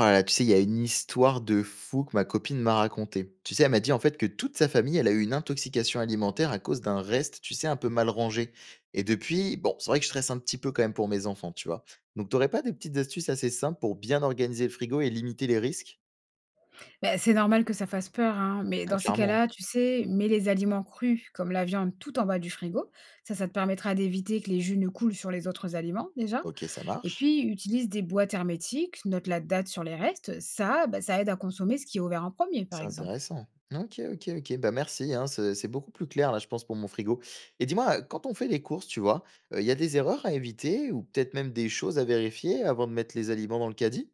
Oh là là, tu sais, il y a une histoire de fou que ma copine m'a racontée. Tu sais, elle m'a dit en fait que toute sa famille, elle a eu une intoxication alimentaire à cause d'un reste, tu sais, un peu mal rangé. Et depuis, bon, c'est vrai que je stresse un petit peu quand même pour mes enfants, tu vois. Donc, t'aurais pas des petites astuces assez simples pour bien organiser le frigo et limiter les risques? Beh, c'est normal que ça fasse peur, hein, mais Ah, dans ces clairement. cas-là, tu sais, mets les aliments crus, comme la viande, tout en bas du frigo. Ça te permettra d'éviter que les jus ne coulent sur les autres aliments, déjà. Ok, ça Et marche. puis, utilise des boîtes hermétiques, note la date sur les restes. Ça, bah, ça aide à consommer ce qui est ouvert en premier, par C'est exemple. intéressant. Ok, ok, ok. Bah merci, hein, c'est beaucoup plus clair là, je pense, pour mon frigo. Et dis-moi, quand on fait les courses, tu vois, il y a des erreurs à éviter ou peut-être même des choses à vérifier avant de mettre les aliments dans le caddie?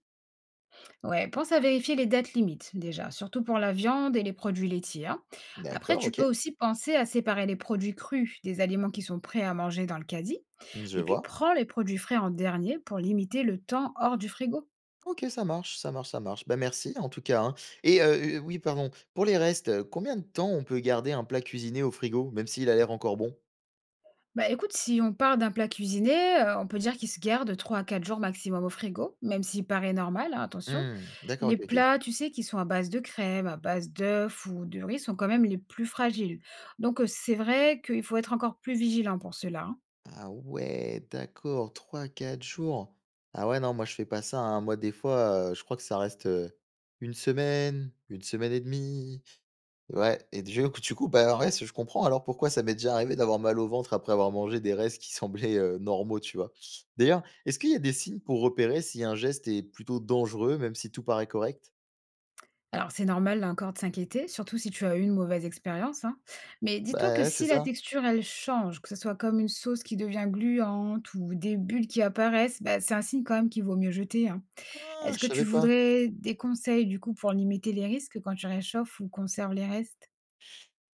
Ouais, pense à vérifier les dates limites, déjà, surtout pour la viande et les produits laitiers, hein. Après, D'accord, tu peux OK. aussi penser à séparer les produits crus des aliments qui sont prêts à manger dans le caddie. Mmh, je Et puis, vois. prends les produits frais en dernier pour limiter le temps hors du frigo. OK, ça marche, ça marche, ça marche. Bah, merci en tout cas, hein, et oui, pardon, pour les restes, combien de temps on peut garder un plat cuisiné au frigo, même s'il a l'air encore bon? Bah, écoute, si on parle d'un plat cuisiné, on peut dire qu'il se garde 3 à 4 jours maximum au frigo, même s'il paraît normal, hein, attention. Mmh, d'accord, Les OK, OK. plats, tu sais, qui sont à base de crème, à base d'œufs ou de riz sont quand même les plus fragiles. Donc, c'est vrai qu'il faut être encore plus vigilant pour cela, hein. Ah ouais, d'accord, trois quatre jours. Ah ouais, non, moi je fais pas ça, hein. Moi, des fois, je crois que ça reste, une semaine, une semaine et demie. Ouais, et du coup, bah, en vrai, je comprends alors pourquoi ça m'est déjà arrivé d'avoir mal au ventre après avoir mangé des restes qui semblaient, normaux, tu vois? D'ailleurs, est-ce qu'il y a des signes pour repérer si un geste est plutôt dangereux, même si tout paraît correct? Alors, c'est normal, là encore, de s'inquiéter, surtout si tu as eu une mauvaise expérience, hein. Mais dis-toi que Bah, ouais, c'est si la ça. texture, elle change, que ce soit comme une sauce qui devient gluante ou des bulles qui apparaissent, bah, c'est un signe quand même qu'il vaut mieux jeter, hein. Ah, Est-ce je que tu savais pas. voudrais des conseils, du coup, pour limiter les risques quand tu réchauffes ou conserves les restes?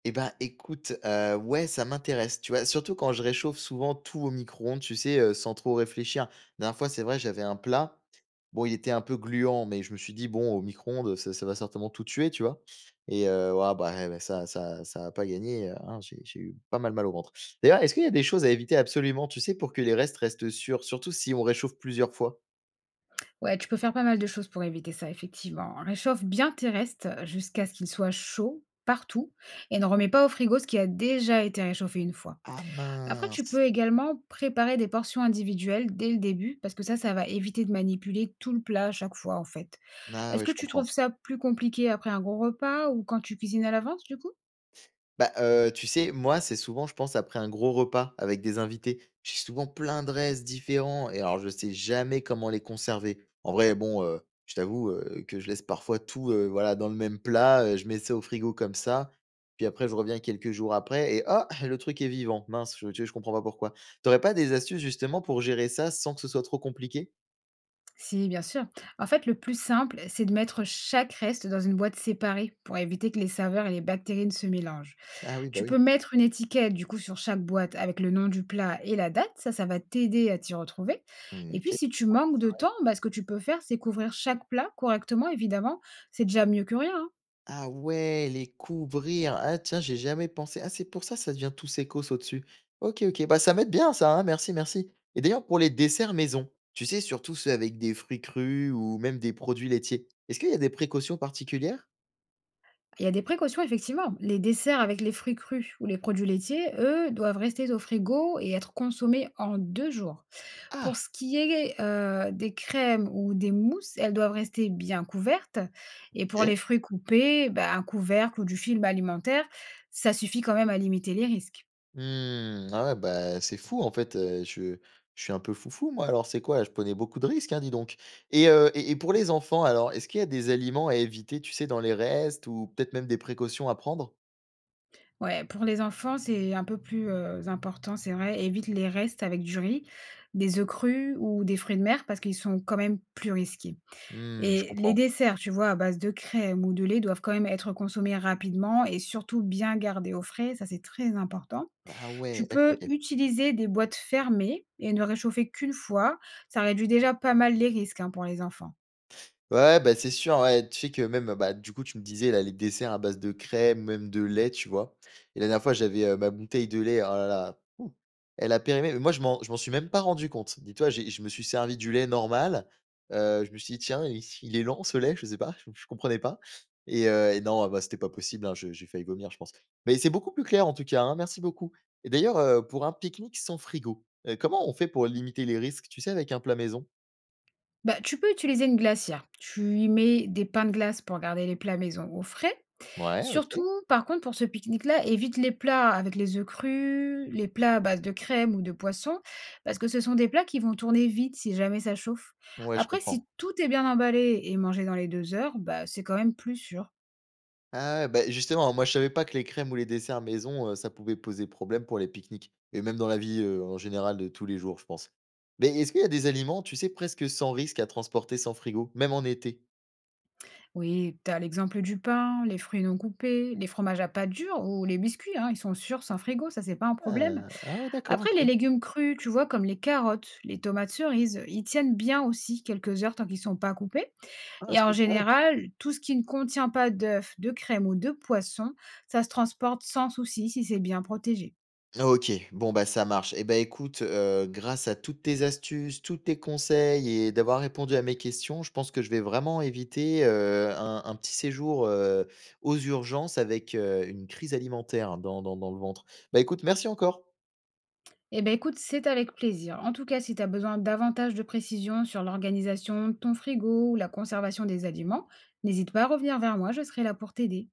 Eh ben, écoute, ouais, ça m'intéresse, tu vois? Surtout quand je réchauffe souvent tout au micro-ondes, tu sais, sans trop réfléchir. La dernière fois, c'est vrai, j'avais un plat, bon, il était un peu gluant, mais je me suis dit: «Bon, au micro-ondes, ça va certainement tout tuer», tu vois? Et ouah, bah, eh bah, ça a pas gagné, hein, j'ai eu pas mal au ventre. D'ailleurs, est-ce qu'il y a des choses à éviter absolument, tu sais, pour que les restes restent sûrs, surtout si on réchauffe plusieurs fois? Ouais, tu peux faire pas mal de choses pour éviter ça, effectivement. Réchauffe bien tes restes jusqu'à ce qu'ils soient chauds partout et ne remets pas au frigo ce qui a déjà été réchauffé une fois. Ah, Après, tu mince! peux également préparer des portions individuelles dès le début, parce que ça va éviter de manipuler tout le plat à chaque fois, en fait. Ah Est-ce oui, que je tu comprends. trouves ça plus compliqué après un gros repas ou quand tu cuisines à l'avance, du coup? Bah, tu sais, moi, c'est souvent, je pense, après un gros repas avec des invités. J'ai souvent plein de restes différents et alors je sais jamais comment les conserver. En vrai, bon, je t'avoue, que je laisse parfois tout, voilà, dans le même plat, je mets ça au frigo comme ça, puis après je reviens quelques jours après et ah! Le truc est vivant. Mince, je comprends pas pourquoi. T'aurais pas des astuces justement pour gérer ça sans que ce soit trop compliqué? Si, bien sûr. En fait, le plus simple, c'est de mettre chaque reste dans une boîte séparée pour éviter que les saveurs et les bactéries ne se mélangent. Ah oui, bah Tu peux oui. mettre une étiquette du coup sur chaque boîte avec le nom du plat et la date, ça va t'aider à t'y retrouver. Mmh. Et puis OK. si tu manques de temps, bah, ce que tu peux faire, c'est couvrir chaque plat correctement, évidemment, c'est déjà mieux que rien, hein. Ah ouais, les couvrir. Ah tiens, j'ai jamais pensé. Ah, c'est pour ça, ça devient tout secos au-dessus. Ok, ok. Bah, ça m'aide bien, ça, hein. Merci, merci. Et d'ailleurs, pour les desserts maison, tu sais, surtout ceux avec des fruits crus ou même des produits laitiers, est-ce qu'il y a des précautions particulières? Il y a des précautions effectivement. Les desserts avec les fruits crus ou les produits laitiers, eux, doivent rester au frigo et être consommés en 2 jours. Ah, Pour ce qui est, des crèmes ou des mousses, elles doivent rester bien couvertes et pour ok. les fruits coupés, bah, un couvercle ou du film alimentaire, ça suffit quand même à limiter les risques. Hmm, ah ouais, bah, c'est fou, en fait. Je suis un peu foufou, moi. Alors, c'est quoi? Je prenais beaucoup de risques, hein, dis donc. Et pour les enfants, alors, est-ce qu'il y a des aliments à éviter, tu sais, dans les restes ou peut-être même des précautions à prendre? Ouais, pour les enfants, c'est un peu plus, important, c'est vrai. Évite les restes avec du riz, des œufs crus ou des fruits de mer parce qu'ils sont quand même plus risqués Hmm, je et les comprends. desserts, tu vois, à base de crème ou de lait doivent quand même être consommés rapidement et surtout bien gardés au frais, ça c'est très important. Ah ouais, Tu d'accord, peux OK. utiliser des boîtes fermées et ne réchauffer qu'une fois. Ça réduit déjà pas mal les risques, hein, pour les enfants. Ouais, bah, c'est sûr, ouais. Tu sais que même, bah, du coup, tu me disais là, les desserts à base de crème, même de lait, tu vois? Et la dernière fois, j'avais, ma bouteille de lait, oh là là, ouh, elle a périmé. Mais moi, je m'en suis même pas rendu compte. Dis-toi, j'ai je me suis servi du lait normal. Je me suis dit: «Tiens, il est lent ce lait», je sais pas, je comprenais pas. Et non, bah, c'était pas possible, hein, je j'ai failli vomir, je pense. Mais c'est beaucoup plus clair en tout cas, hein, merci beaucoup. Et d'ailleurs, pour un pique-nique sans frigo, comment on fait pour limiter les risques, tu sais, avec un plat maison? Bah, tu peux utiliser une glacière. Tu y mets des pains de glace pour garder les plats maison au frais. Ouais, Surtout, OK. par contre, pour ce pique-nique-là, évite les plats avec les œufs crus, les plats à base de crème ou de poisson, parce que ce sont des plats qui vont tourner vite si jamais ça chauffe. Ouais, je Après, comprends. si tout est bien emballé et mangé dans les 2 heures, bah, c'est quand même plus sûr. Ah ouais, bah, justement, moi, je savais pas que les crèmes ou les desserts maison, ça pouvait poser problème pour les pique-niques et même dans la vie, en général de tous les jours, je pense. Mais est-ce qu'il y a des aliments, tu sais, presque sans risque à transporter sans frigo, même en été? Oui, t'as l'exemple du pain, les fruits non coupés, les fromages à pâte dure ou les biscuits, hein, ils sont sûrs sans frigo, ça c'est pas un problème. Ah, ah ouais, d'accord, Après, OK. les légumes crus, tu vois, comme les carottes, les tomates cerises, ils tiennent bien aussi quelques heures tant qu'ils sont pas coupés. Ah, Et en c'est général, tout ce qui ne contient pas d'œufs, de crème ou de poisson, ça se transporte sans souci si c'est bien protégé. OK, bon, bah, ça marche. Et ben écoute, grâce à toutes tes astuces, tous tes conseils et d'avoir répondu à mes questions, je pense que je vais vraiment éviter, un petit séjour, aux urgences avec, une crise alimentaire dans le ventre. Bah, écoute, merci encore. Eh bien, écoute, c'est avec plaisir. En tout cas, si tu as besoin davantage de précisions sur l'organisation de ton frigo ou la conservation des aliments, n'hésite pas à revenir vers moi, je serai là pour t'aider.